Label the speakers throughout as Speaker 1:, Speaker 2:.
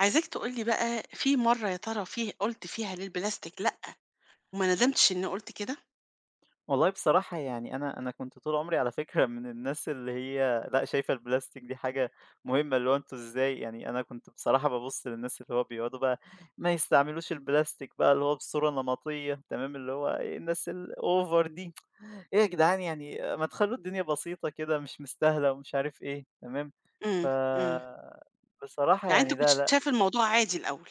Speaker 1: عايزاك تقول لي بقى في مرّة يا ترى فيه قُلت فيها للبلاستيك لأ، وما ندمتش إنّي قُلت كده؟
Speaker 2: والله بصراحة يعني أنا كنت طول عمري على فكرة من الناس اللي هي لأ شايفة البلاستيك دي حاجة مهمة، اللي هو أنتم إزاي يعني أنا كنت بصراحة بابُص للناس اللي هو بيقعدوا بقى ما يستعملوش البلاستيك بقى اللي هو بصورة نمطية تمام، اللي هو إيه الناس الأوفر دي، إيه يا جدعان يعني ما تخلّوا الدنيا بسيطة كده مش مستاهلة ومش عارف إيه، تمام، ف
Speaker 1: إمم، إمم.
Speaker 2: بصراحة
Speaker 1: يعني أنت
Speaker 2: يعني
Speaker 1: كنت
Speaker 2: لا،
Speaker 1: شايف الموضوع عادي الأول؟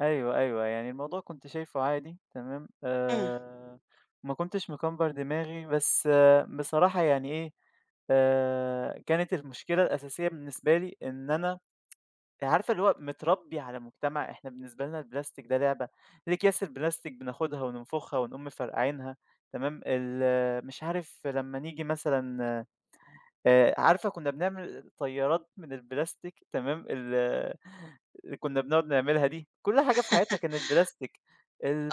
Speaker 2: أيوه، أيوه، يعني الموضوع كنت شايفه عادي تمام،
Speaker 1: إمم.
Speaker 2: ما كنتش مكبّر دماغي، بس آه بصراحة يعني إيه، كانت المشكلة الأساسية بالنسبة لي إن أنا عارفة اللي هو متربّي على مجتمع إحنا بالنسبة لنا البلاستيك ده لعبة، الأكياس البلاستيك بناخدها وننفخها ونقوم مفرقعينها تمام، مش عارف لمّا نيجي مثلًا عارفة كُنّا بنعمل طيارات من البلاستيك تمام، اللي كُنّا بنقعد نعملها دي، كل حاجة في حياتنا كانت بلاستيك،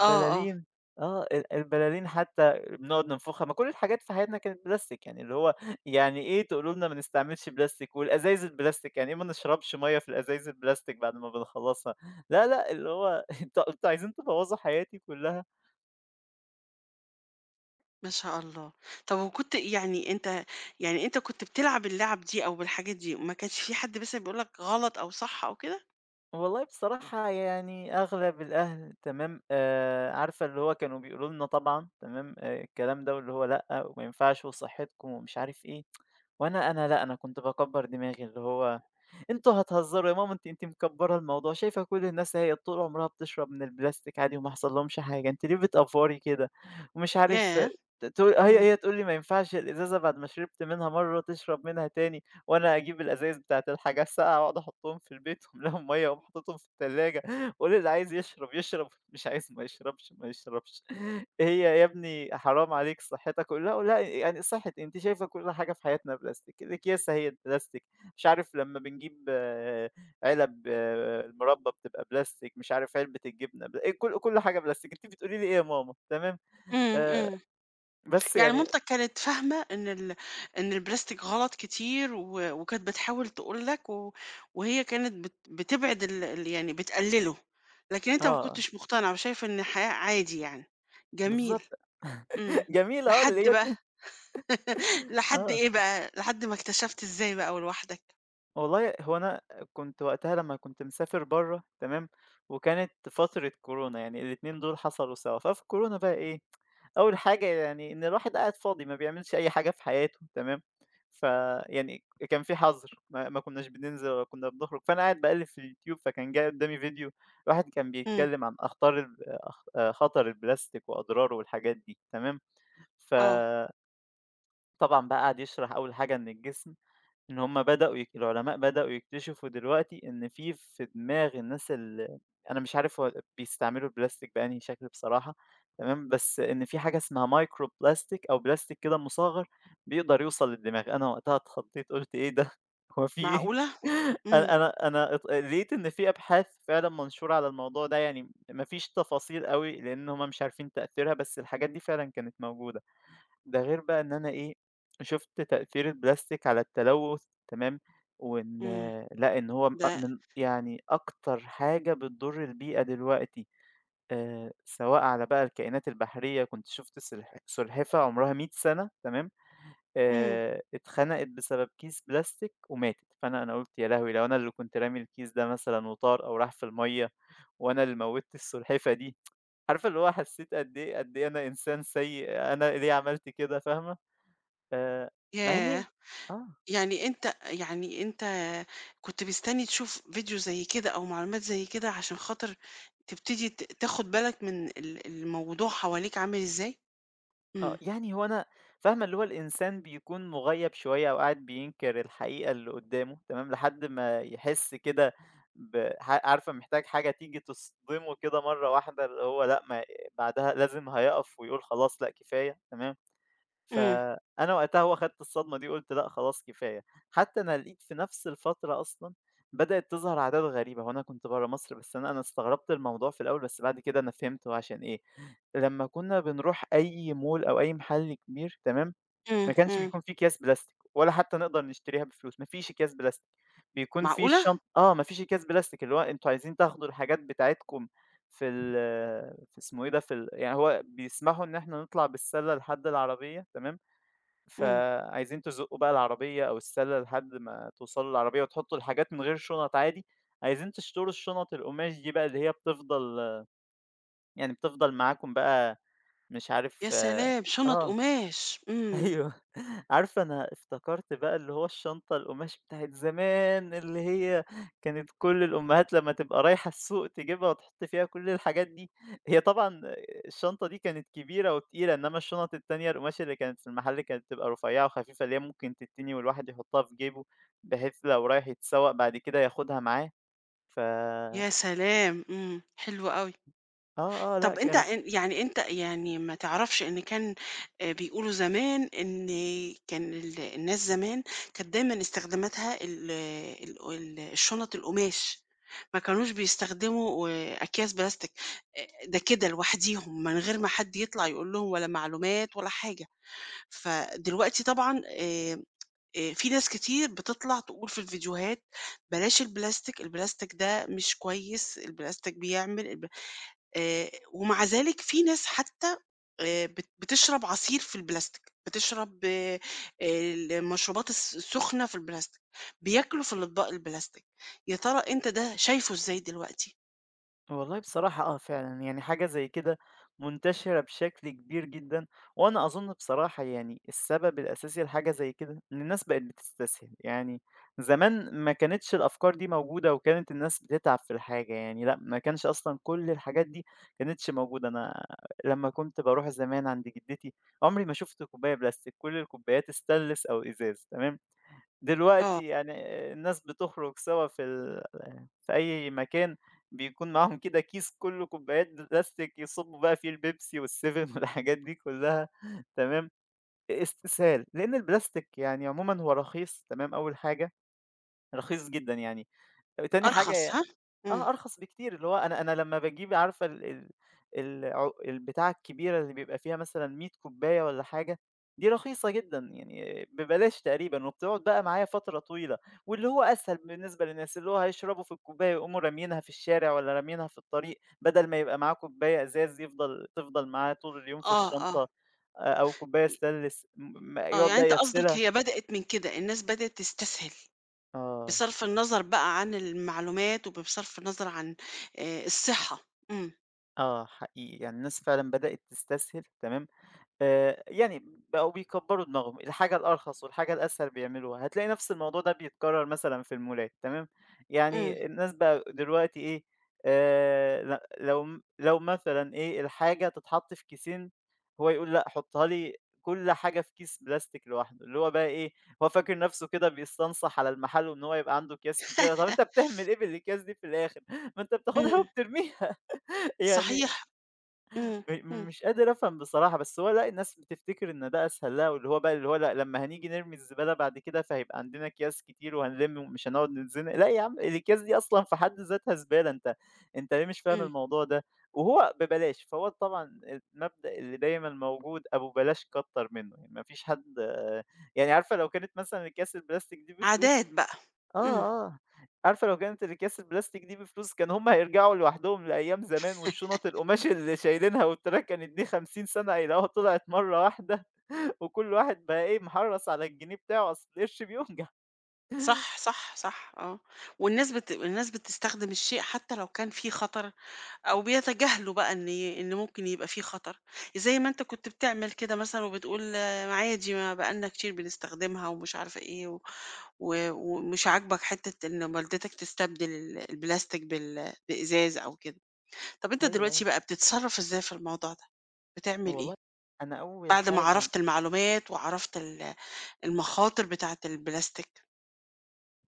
Speaker 1: آه، آه.
Speaker 2: آه، البلالين حتى بنقعد ننفخها، ما كل الحاجات في حياتنا كانت بلاستيك، يعني اللي هو يعني إيه تقولوا لنا ما نستعملش بلاستيك، والأزايز البلاستيك، يعني إيه ما نشربش مَيّة في الأزايز البلاستيك بعد ما بنخلّصها، لا، لأ، اللي هو أنتم عايزين تبوّظوا حياتي كُلّها.
Speaker 1: ما شاء الله. طب، وكنت يعني أنت يعني أنت كنت بتلعب اللعب دي أو بالحاجات دي، ما كانش في حد مثلًا بيقول لك غلط أو صح أو كده؟
Speaker 2: والله بصراحة يعني أغلب الأهل تمام آه عارفة اللي هو كانوا بيقولوا لنا طبعا تمام آه الكلام ده واللي هو لأ وما ينفعش وصحتكم ومش عارف إيه وأنا لأ أنا كنت بكبر دماغي اللي هو انتوا هتهزروا يا ماما انت مكبرة الموضوع شايفة كل الناس هي طول عمرها بتشرب من البلاستيك عادي وما حصل لهمش حاجة انت ليه بتأفوري كده ومش عارف آه،
Speaker 1: ياه!
Speaker 2: تقول هي
Speaker 1: إمم.
Speaker 2: هي تقول لي ما ينفعش الإزازة بعد ما شربت منها مرة تشرب منها تاني وأنا أجيب الأزايز بتاعة الحاجة الساقعة وأقعد أحطهم في البيت وأملاهم مَيّة وأقوم حاططهم في التلاجة وأقول اللي عايز يشرب يشرب، مش عايز ما يشربش ما يشربش. هي يا ابني حرام عليك صحتك أقول لها يعني صحة إيه أنتِ شايفة كل حاجة في حياتنا بلاستيك، الأكياس أهي بلاستيك، مش عارف لمّا بنجيب آه، علب آه، المربى بتبقى بلاستيك، مش عارف علبة الجبنة بلا إيه، كل حاجة بلاستيك، أنتِ بتقولي لي إيه يا ماما؟ تمام،
Speaker 1: إمم،
Speaker 2: آآ،
Speaker 1: إمم.
Speaker 2: بس
Speaker 1: يعني
Speaker 2: يعني
Speaker 1: مامتك كانت فاهمة إن البلاستيك غلط كتير وكانت بتحاول تقول لك وهي كانت بتبعد ال ال يعني بتقلله، لكن أنت ما
Speaker 2: آه،
Speaker 1: كنتش مقتنع وشايف إن الحياة عادي يعني. جميل.
Speaker 2: بالضبط.
Speaker 1: إمم.
Speaker 2: جميلة آه اللي
Speaker 1: لحد
Speaker 2: هي
Speaker 1: بقى لحد
Speaker 2: آه.
Speaker 1: إيه بقى؟ لحد ما اكتشفت إزاي بقى ولوحدك؟
Speaker 2: والله هو أنا كنت وقتها لمّا كنت مسافر برّه تمام، وكانت فترة كورونا، يعني الاتنين دول حصلوا سوا، ففي كورونا بقى إيه، أول حاجة يعني إن الواحد قاعد فاضي ما بيعملش أي حاجة في حياته تمام، فيعني كان في حظر ما كناش بننزل ولا كنا بنخرج، فأنا قاعد باقلِّب في اليوتيوب فكان جاي قدّامي فيديو واحد كان
Speaker 1: إمم،
Speaker 2: بيتكلم عن أخطار ال أخ خطر البلاستيك وأضراره والحاجات دي تمام،
Speaker 1: آه،
Speaker 2: فطبعًا بقى قعد يشرح أول حاجة إن الجسم إن هم بدأوا يك العلماء بدأوا يكتشفوا دلوقتي إن في دماغ الناس أنا مش عارف هو بيستعملوا البلاستيك بأنهي شكل بصراحة تمام، بس إن في حاجة اسمها micro plastic أو بلاستيك كده مصغّر بيقدر يوصل للدماغ، أنا وقتها اتخضيت قُلت إيه ده، هو في إيه؟
Speaker 1: معقولة! إمم،
Speaker 2: أنا لقيت إن في أبحاث فعلًا منشورة على الموضوع ده، يعني ما فيش تفاصيل أوي لإن هم مش عارفين تأثيرها، بس الحاجات دي فعلًا كانت موجودة. ده غير بقى إن أنا إيه، شُفت تأثير البلاستيك على التلوث تمام، وإن
Speaker 1: إمم،
Speaker 2: لأ، إن هو
Speaker 1: ده
Speaker 2: من يعني أكتر حاجة بتضر البيئة دلوقتي، سواء على بقى الكائنات البحرية، كنت شُفت سلحفاة عمرها 100 سنة تمام،
Speaker 1: إمم،
Speaker 2: اتخنقت بسبب كيس بلاستيك وماتت، فأنا قُلت يا لهوي! لو أنا اللي كنت رامي الكيس ده مثلًا وطار أو راح في المَيّة وأنا اللي موّتت السلحفاة دي، عارفة اللي هو حسيت قد إيه، قد إيه أنا إنسان سيء، أنا ليه عملت كده، فاهمة؟ آآ، مع
Speaker 1: ياه!
Speaker 2: إني آه،
Speaker 1: يعني أنت كنت مستني تشوف فيديو زي كده أو معلومات زي كده عشان خاطر تبتدي تاخد بالك من الموضوع حواليك عامل إزاي؟
Speaker 2: آه،
Speaker 1: إمم،
Speaker 2: يعني هو أنا فاهمة اللي هو الإنسان بيكون مُغيّب شوية أو قاعد بينكر الحقيقة اللي قدّامه تمام، لحد ما يحس كده ب ح عارفة محتاج حاجة تيجي تصدمه كده مرّة واحدة اللي هو لأ، ما بعدها لازم هيقف ويقول خلاص لأ، كفاية تمام.
Speaker 1: إمم،
Speaker 2: فأنا وقتها هو خدت الصدمة دي قُلت لأ خلاص كفاية، حتى أنا لقيت في نفس الفترة أصلًا بدأت تظهر عادات غريبة، هو أنا كنت برّه مصر بس أنا استغربت الموضوع في الأول بس بعد كده أنا فهمت هو عشان إيه، لمّا كنا بنروح أي mall أو أي محل كبير تمام،
Speaker 1: إمم،
Speaker 2: ما كانش
Speaker 1: إمم،
Speaker 2: بيكون في أكياس بلاستيك ولا حتى نقدر نشتريها بفلوس، ما فيش أكياس بلاستيك، بيكون في
Speaker 1: معقولة!
Speaker 2: الشنط آه، ما فيش أكياس بلاستيك اللي هو أنتم عايزين تاخدوا الحاجات بتاعتكم في ال في اسمه إيه ده، في ال يعني هو بيسمحوا إن إحنا نطلع بالسلة لحد العربية تمام.
Speaker 1: إمم،
Speaker 2: فعايزين تزقّوا بقى العربية أو السَلّة لحد ما توصلوا للعربية وتحطّوا الحاجات من غير شُنَط عادي، عايزين تشتروا الشُنَط القُماش دي بقى اللي هي بتفضل يعني بتفضل معاكم بقى مش عارف
Speaker 1: يا سلام! شنط
Speaker 2: آه.
Speaker 1: قماش. إمم،
Speaker 2: أيوه. عارفة أنا افتكرت بقى اللي هو الشنطة القماش بتاعة زمان، اللي هي كانت كل الأمهات لمّا تبقى رايحة السوق تجيبها وتحط فيها كل الحاجات دي. هي طبعًا الشنطة دي كانت كبيرة وتقيلة، إنّما الشنط التانية القماش اللي كانت في المحل كانت بتبقى رفيّعة وخفيفة، اللي هي ممكن تتني والواحد يحطها في جيبه، بحيث لو رايح يتسوق بعد كده ياخدها معاه. ف
Speaker 1: يا سلام! إمم، حلو أوي.
Speaker 2: آه، آه، لأ
Speaker 1: طب، أنت
Speaker 2: كانت.
Speaker 1: أن يعني أنت يعني ما تعرفش إن كان، بيقولوا زمان إن كان الناس زمان كانت دايمًا استخداماتها ال ال ال الشنط القماش، ما كانوش بيستخدموا أكياس بلاستيك، ده كده لوحديهم من غير ما حد يطلع يقول لهم ولا معلومات ولا حاجة، فدلوقتي طبعًا في ناس كتير بتطلع تقول في الفيديوهات بلاش البلاستيك، البلاستيك ده مش كويس، البلاستيك بيعمل الب ومع ذلك في ناس حتى بت بتشرب عصير في البلاستيك، بتشرب المشروبات السخنة في البلاستيك، بياكلوا في الأطباق البلاستيك، يا ترى أنت ده شايفه إزاي دلوقتي؟
Speaker 2: والله بصراحة آه فعلًا، يعني حاجة زي كده منتشرة بشكل كبير جدًا، وأنا أظن بصراحة يعني السبب الأساسي لحاجة زي كده إن الناس بقت بتستسهل، يعني زمان ما كانتش الأفكار دي موجودة وكانت الناس بتتعب في الحاجة يعني لأ، ما كانش أصلًا كل الحاجات دي كانتش موجودة، أنا لمّا كنت باروح زمان عند جدتي عمري ما شُفت كوباية بلاستيك، كل الكوبايات stainless أو إزاز تمام؟
Speaker 1: آه،
Speaker 2: دلوقتي يعني الناس بتخرج سوا في أي مكان، بيكون معاهم كده كيس كلّه كوبايات بلاستيك يصُبّوا بقى فيه البيبسي وال7 والحاجات دي كلّها تمام، استسهال، لإن البلاستيك يعني عمومًا هو رخيص تمام أول حاجة، رخيص جدًا يعني، تاني
Speaker 1: أرخص
Speaker 2: حاجة
Speaker 1: ها؟ إمم،
Speaker 2: آه، أرخص بكتير، اللي هو أنا لمّا باجيب عارفة ال ال البتاعة الكبيرة اللي بيبقى فيها مثلًا 100 كوباية والّا حاجة، دي رخيصة جدًا يعني ببلاش تقريبًا، وبتقعد بقى معايا فترة طويلة، واللي هو أسهل بالنسبة للناس، اللي هو هيشربوا في الكوباية يقوموا راميينها في الشارع والّا راميينها في الطريق، بدل ما يبقى معاه كوباية إزاز تفضل معاه طول اليوم في
Speaker 1: آه، آه،
Speaker 2: الشنطة، أو كوباية
Speaker 1: ي
Speaker 2: stainless م م
Speaker 1: آه،
Speaker 2: يقعد
Speaker 1: يعني
Speaker 2: بقى
Speaker 1: أنت قصدك
Speaker 2: يغسلها
Speaker 1: هي بدأت من كده، الناس بدأت تستسهل،
Speaker 2: آه،
Speaker 1: بصرف النظر بقى عن المعلومات وبصرف النظر عن الصحة. إمم،
Speaker 2: آه، حقيقي يعني الناس فعلًا بدأت تستسهل تمام؟ يعني بقوا بيكبّروا دماغهم، الحاجة الأرخص والحاجة الأسهل بيعملوها، هتلاقي نفس الموضوع ده بيتكرر مثلًا في المولات تمام،
Speaker 1: إمم،
Speaker 2: يعني الناس بقى دلوقتي إيه، ل لو مثلًا إيه، الحاجة تتحط في كيسين، هو يقول لأ حُطّها لي كل حاجة في كيس بلاستيك لوحده، اللي هو بقى إيه، هو فاكر نفسه كده بيستنصح على المحل وإن هو يبقى عنده أكياس كتيرة، طَب
Speaker 1: إمم،
Speaker 2: أنت بتعمل إيه بالأكياس دي في الآخر؟ ما أنت بتاخدها وبترميها يعني
Speaker 1: صحيح. إمم، إمم،
Speaker 2: مش قادر أفهم بصراحة، بس هو لأ الناس بتفتكر إن ده أسهل لها، واللي هو بقى اللي هو لأ لمّا هنيجي نرمي الزبالة بعد كده فهيبقى عندنا أكياس كتير وهنلم ومش هنقعد نتزنق، لأ يا عم الأكياس دي أصلًا في حد ذاتها زبالة، أنت ليه مش فاهم
Speaker 1: إمم.
Speaker 2: الموضوع ده؟ وهو ببلاش، فهو طبعًا المبدأ اللي دايمًا موجود أبو بلاش كتّر منه، يعني ما فيش حد يعني عارفة لو كانت مثلًا أكياس البلاستيك دي بفلوس
Speaker 1: عادات بقى.
Speaker 2: آه،
Speaker 1: إمم،
Speaker 2: آه. عارفة لو كانت الأكياس البلاستيك دي بفلوس كان هم هيرجعوا لوحدهم لأيام زمان والشنط القماش اللي شايلينها والتراك كانت دي 50 سَنة هيلاقوها طلعت مرّة واحدة وكل واحد بقى إيه، محرّص على الجنيه بتاعه، أصل القرش بيوجع.
Speaker 1: صح، صح، صح، آه، والناس بت الناس بتستخدم الشيء حتى لو كان فيه خطر أو بيتجاهلوا بقى إن ممكن يبقى فيه خطر، زي ما أنت كنت بتعمل كده مثلًا وبتقول آه، عادي ما بقى لنا كتير بنستخدمها ومش عارفة إيه، و و ومش عاجبك حتة إن والدتك تستبدل البلاستيك بإزاز أو كده. طب، أنت
Speaker 2: أيوه، أيوه.
Speaker 1: دلوقتي بقى بتتصرف إزاي في الموضوع ده؟ بتعمل إيه
Speaker 2: والله أنا أول
Speaker 1: بعد ما
Speaker 2: حاجة
Speaker 1: عرفت المعلومات وعرفت المخاطر بتاعة البلاستيك؟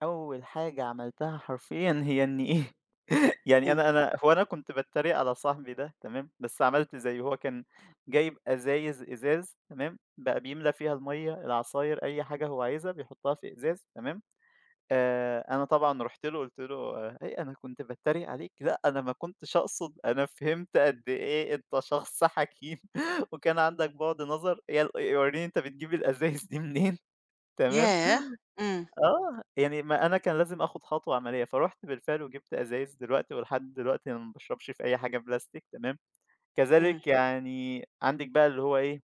Speaker 2: أول حاجة عملتها حرفيًا هي إني إيه، يعني
Speaker 1: إمم.
Speaker 2: أنا كنت باتريق على صاحبي ده تمام، بس عملت زيه، هو كان جايب أزايز إزاز تمام، بقى بيملى فيها المَيّة، العصاير، أي حاجة هو عايزها بيحطها في إزاز تمام، أنا طبعًا رُحت له قُلت له: "هي أنا كنت باتريق عليك، لأ أنا ما كنتش أقصد، أنا فهمت قد إيه أنت شخص حكيم وكان عندك بُعد نظر، وريني أنت بتجيب الأزايز دي منين." تمام.
Speaker 1: ياه! إمم،
Speaker 2: آه، يعني ما أنا كان لازم آخُد خطوة عملية، فرُحت بالفعل وجِبت أزايز دلوقتي ولحد دلوقتي أنا ما باشربش في أي حاجة بلاستيك تمام،
Speaker 1: إمم.
Speaker 2: كذلك يعني عندِك بقى اللي هو إيه،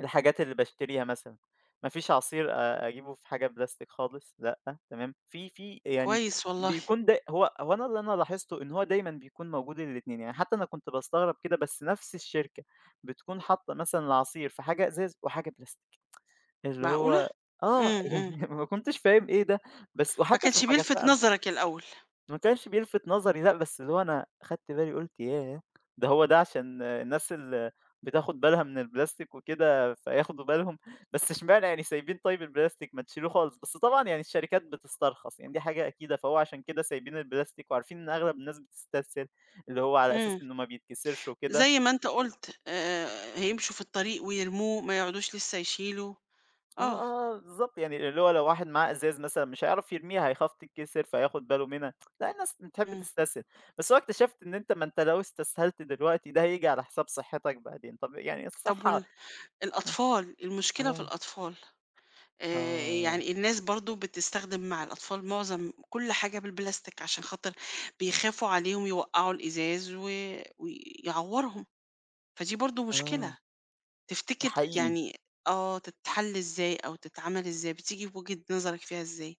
Speaker 2: الحاجات اللي باشتريها مثلًا، ما فيش عصير أجيبه في حاجة بلاستيك خالص لأ، تمام، في يعني
Speaker 1: كويس والله.
Speaker 2: بيكون د هو هو أنا اللي أنا لاحظته إن هو دايمًا بيكون موجود الاتنين، يعني حتى أنا كنت باستغرب كده بس نفس الشركة بتكون حاطّة مثلًا العصير في حاجة إزاز وحاجة بلاستيك. اللي
Speaker 1: معقولة!
Speaker 2: هو آه،
Speaker 1: إمم،
Speaker 2: يعني
Speaker 1: إمم.
Speaker 2: ما كنتش فاهم إيه ده، بس
Speaker 1: ما
Speaker 2: وحتى في
Speaker 1: كانش
Speaker 2: الحاجات
Speaker 1: بيلفت
Speaker 2: بقى
Speaker 1: نظرك الأول.
Speaker 2: ما كانش بيلفت نظري لأ، بس اللي هو أنا خدت بالي قُلت ياه! ده عشان الناس اللي بتاخد بالها من البلاستيك وكده فياخدوا بالهم، بس اشمعنى يعني سايبين طيب البلاستيك ما تشيلوه خالص، بس طبعًا يعني الشركات بتسترخص، يعني دي حاجة أكيدة، فهو عشان كده سايبين البلاستيك وعارفين إن أغلب الناس بتستسهل، اللي هو على أساس
Speaker 1: إمم.
Speaker 2: إنه ما بيتكسرش وكده.
Speaker 1: زي ما أنت قُلت، هيمشوا في الطريق ويرموه، ما يقعدوش لسه يشيلوا.
Speaker 2: آه،
Speaker 1: آه،
Speaker 2: آه، بالضبط، يعني اللي هو لو واحد معاه إزاز مثلًا مش هيعرف يرميها، هيخاف تتكسر فهياخد باله منها، لأ الناس بتحب
Speaker 1: إمم.
Speaker 2: تستسهل، بس هو اكتشفت إن أنت ما أنت لو استسهلت دلوقتي ده هييجي على حساب صحتك بعدين، طب يعني
Speaker 1: طب،
Speaker 2: الصحة
Speaker 1: وال
Speaker 2: آه،
Speaker 1: الأطفال، المشكلة في
Speaker 2: آه،
Speaker 1: الأطفال.
Speaker 2: آه،
Speaker 1: يعني الناس برضه بتستخدم مع الأطفال معظم كل حاجة بالبلاستيك عشان خاطر بيخافوا عليهم يوقّعوا الإزاز ويعوّرهم، فدي برضه مشكلة.
Speaker 2: آه، ده
Speaker 1: تفتكر
Speaker 2: حقيقي.
Speaker 1: يعني، تتحل إزاي أو تتعمل إزاي؟ بتيجي بوجهة نظرك فيها إزاي؟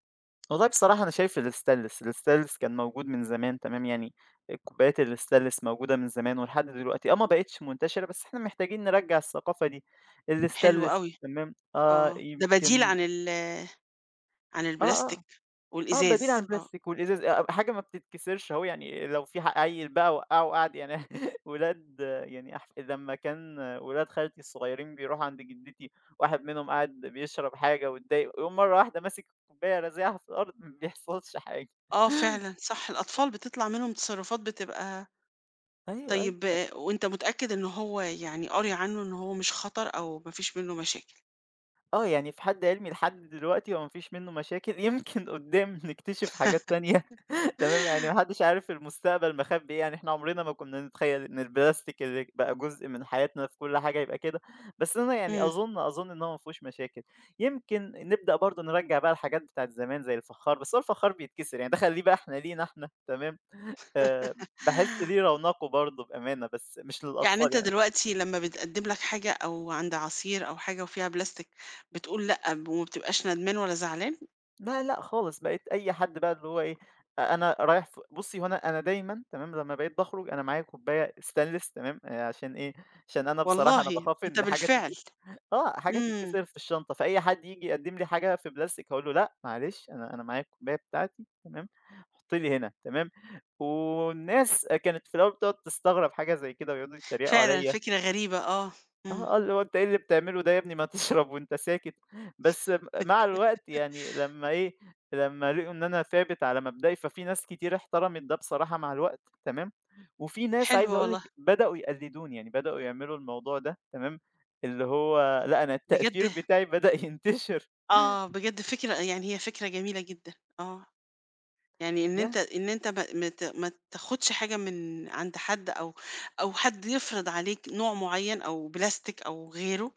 Speaker 2: والله بصراحة أنا شايف الستانلس، الستانلس كان موجود من زمان تمام، يعني الكوبايات الستانلس موجودة من زمان ولحد دلوقتي، آه، ما بقتش منتشرة بس إحنا محتاجين نرجّع الثقافة دي،
Speaker 1: حلو
Speaker 2: الستانلس
Speaker 1: أوي.
Speaker 2: تمام، آه،
Speaker 1: آه، ده بديل
Speaker 2: يمكن
Speaker 1: عن عن
Speaker 2: آه، آه.
Speaker 1: البلاستيك
Speaker 2: آه، بديل عن
Speaker 1: والإزاز. آه،
Speaker 2: البلاستيك والإزاز حاجة ما بتتكسرش أهو، يعني لو في عيّل بقى وقّعه وقعد يعني ولاد يعني لمّا كان ولاد خالتي الصغيرين بيروحوا عند جدتي، واحد منهم قعد بيشرب حاجة واتضايق، ويقوم مرة واحدة ماسك الكوباية رازعها في الأرض، ما بيحصلش حاجة.
Speaker 1: آه فعلًا صح، الأطفال بتطلع منهم تصرفات بتبقى.
Speaker 2: أيوه، أيوه.
Speaker 1: طيب، آه، وأنت متأكد إن هو يعني قاري عنه إن هو مش خطر أو ما فيش منه مشاكل؟
Speaker 2: آه، يعني في حد علمي لحد دلوقتي هو ما فيش منّه مشاكل، يمكن قدّام نكتشف حاجات تانية. تمام، يعني ما حدش عارف المستقبل مخبي إيه، يعني إحنا عمرنا ما كنا نتخيل إن البلاستيك اللي بقى جزء من حياتنا في كل حاجة يبقى كده، بس أنا يعني
Speaker 1: إمم.
Speaker 2: أظن إن هو ما فيهوش مشاكل، يمكن نبدأ برضه نرجّع بقى الحاجات بتاعة زمان زي الفخار، بس هو الفخار بيتكسر يعني ده خلّيه بقى إحنا لينا إحنا تمام، آآ باحس ليه رونقه برضه بأمانة، بس مش
Speaker 1: يعني
Speaker 2: للأطفال
Speaker 1: أنت
Speaker 2: يعني.
Speaker 1: دلوقتي لمّا بيتقدّم لك حاجة أو عند عصير أو حاجة وفيها بلاستيك، بتقول لأ، وما بتبقاش ندمان ولا زعلان؟
Speaker 2: لا، لأ خالص، بقيت أي حد بقى اللي هو إيه، أنا رايح بُصّي، هو أنا أنا دايمًا تمام، لمّا بقيت باخرج أنا معايا كوباية stainless تمام، عشان إيه، عشان أنا بصراحة أنا
Speaker 1: والله!
Speaker 2: باخاف
Speaker 1: أنت
Speaker 2: إن حاجة
Speaker 1: بالفعل.
Speaker 2: تتك آه، حاجة
Speaker 1: إمم.
Speaker 2: تتكسر في الشنطة، فأي حد ييجي يقدّم لي حاجة في بلاستيك هاقول له: "لأ معلش، أنا معايا الكوباية بتاعتي تمام، حُطّي لي هنا." تمام، والناس كانت في الأول بتقعد تستغرب حاجة زي كده ويقعدوا يتريقوا
Speaker 1: فعلًا
Speaker 2: عليَّ.
Speaker 1: فكرة غريبة. آه،
Speaker 2: آه،
Speaker 1: إمم،
Speaker 2: آه، اللي هو أنت إيه اللي بتعمله ده يا ابني ما تشرب وأنت ساكت، بس م مع الوقت يعني لمّا إيه، لمّا لقوا إن أنا ثابت على مبدئي، ففي ناس كتير احترمت ده بصراحة مع الوقت تمام، وفي ناس عايز
Speaker 1: حلوة
Speaker 2: أقول
Speaker 1: والله.
Speaker 2: لِك بدأوا يقلدوني، يعني بدأوا يعملوا الموضوع ده تمام، اللي هو لأ أنا التأثير
Speaker 1: بجد.
Speaker 2: بتاعي بدأ ينتشر،
Speaker 1: آه، بجد فكرة يعني هي فكرة جميلة جدًا. آه، يعني إن
Speaker 2: ياه!
Speaker 1: أنت إن أنت ما تاخدش حاجة من عند حد أو حد يفرض عليك نوع معين أو بلاستيك أو غيره،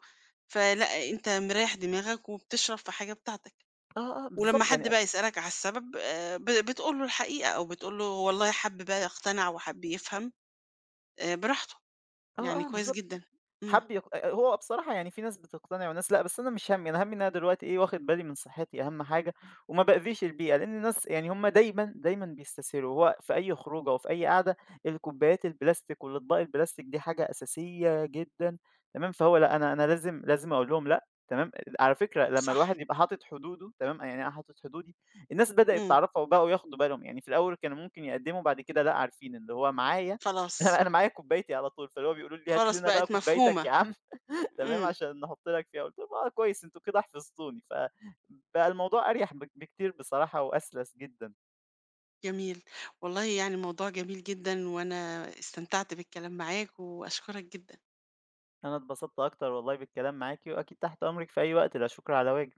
Speaker 1: فلأ، أنت مريّح دماغك وبتشرب في حاجة بتاعتك،
Speaker 2: آه، آه،
Speaker 1: ولمّا
Speaker 2: بالضبط يعني
Speaker 1: حد بقى يسألك على السبب، ب بتقول له الحقيقة أو بتقول له والله، حَب بقى يقتنع وحَب يفهم، براحته. يعني
Speaker 2: آه، آه،
Speaker 1: كويس
Speaker 2: بالضبط.
Speaker 1: جدًا. إمم،
Speaker 2: حَب يق أ هو بصراحة يعني في ناس بتقتنع وناس لأ، بس أنا مش هَمّي، أنا هَمّي إن أنا دلوقتي إيه، واخد بالي من صحّتي أهَم حاجة وما بأذيش البيئة، لإن الناس يعني هم دايمًا، دايمًا بيستسهلوا، هو في أي خروجة وفي أي قعدة الكوبايات البلاستيك والأطباق البلاستيك دي حاجة أساسية جدًا تمام، فهو لأ، أنا لازم أقول لهم لأ تمام، على فكرة لمّا
Speaker 1: صح،
Speaker 2: الواحد يبقى حاطط حدوده تمام، يعني أنا حاطط حدودي، الناس بدأت
Speaker 1: إمم،
Speaker 2: تعرفها وبقوا ياخدوا بالهم، يعني في الأول كانوا ممكن يقدّموا بعد كده لأ، عارفين، اللي هو معايا
Speaker 1: خلاص،
Speaker 2: أنا معايا كوبايتي على طول، فاللي هو بيقولوا لي: "هات
Speaker 1: خلاص
Speaker 2: لنا بقى
Speaker 1: بقت
Speaker 2: كوبايتك
Speaker 1: مفهومة.
Speaker 2: يا عم." تمام،
Speaker 1: إمم،
Speaker 2: عشان نحط لك فيها. قُلت لهم: "آه كويس، أنتم كده حفظتوني." فبقى الموضوع أريح بكتير بصراحة وأسلس جدًا.
Speaker 1: جميل. والله يعني موضوع جميل جدًا، وأنا استمتعت بالكلام معاك وأشكرك جدًا.
Speaker 2: أنا اتبسطت أكتر والله بالكلام معاكِ، وأكيد تحت أمرِك في أي وقت، لا شكر على واجب.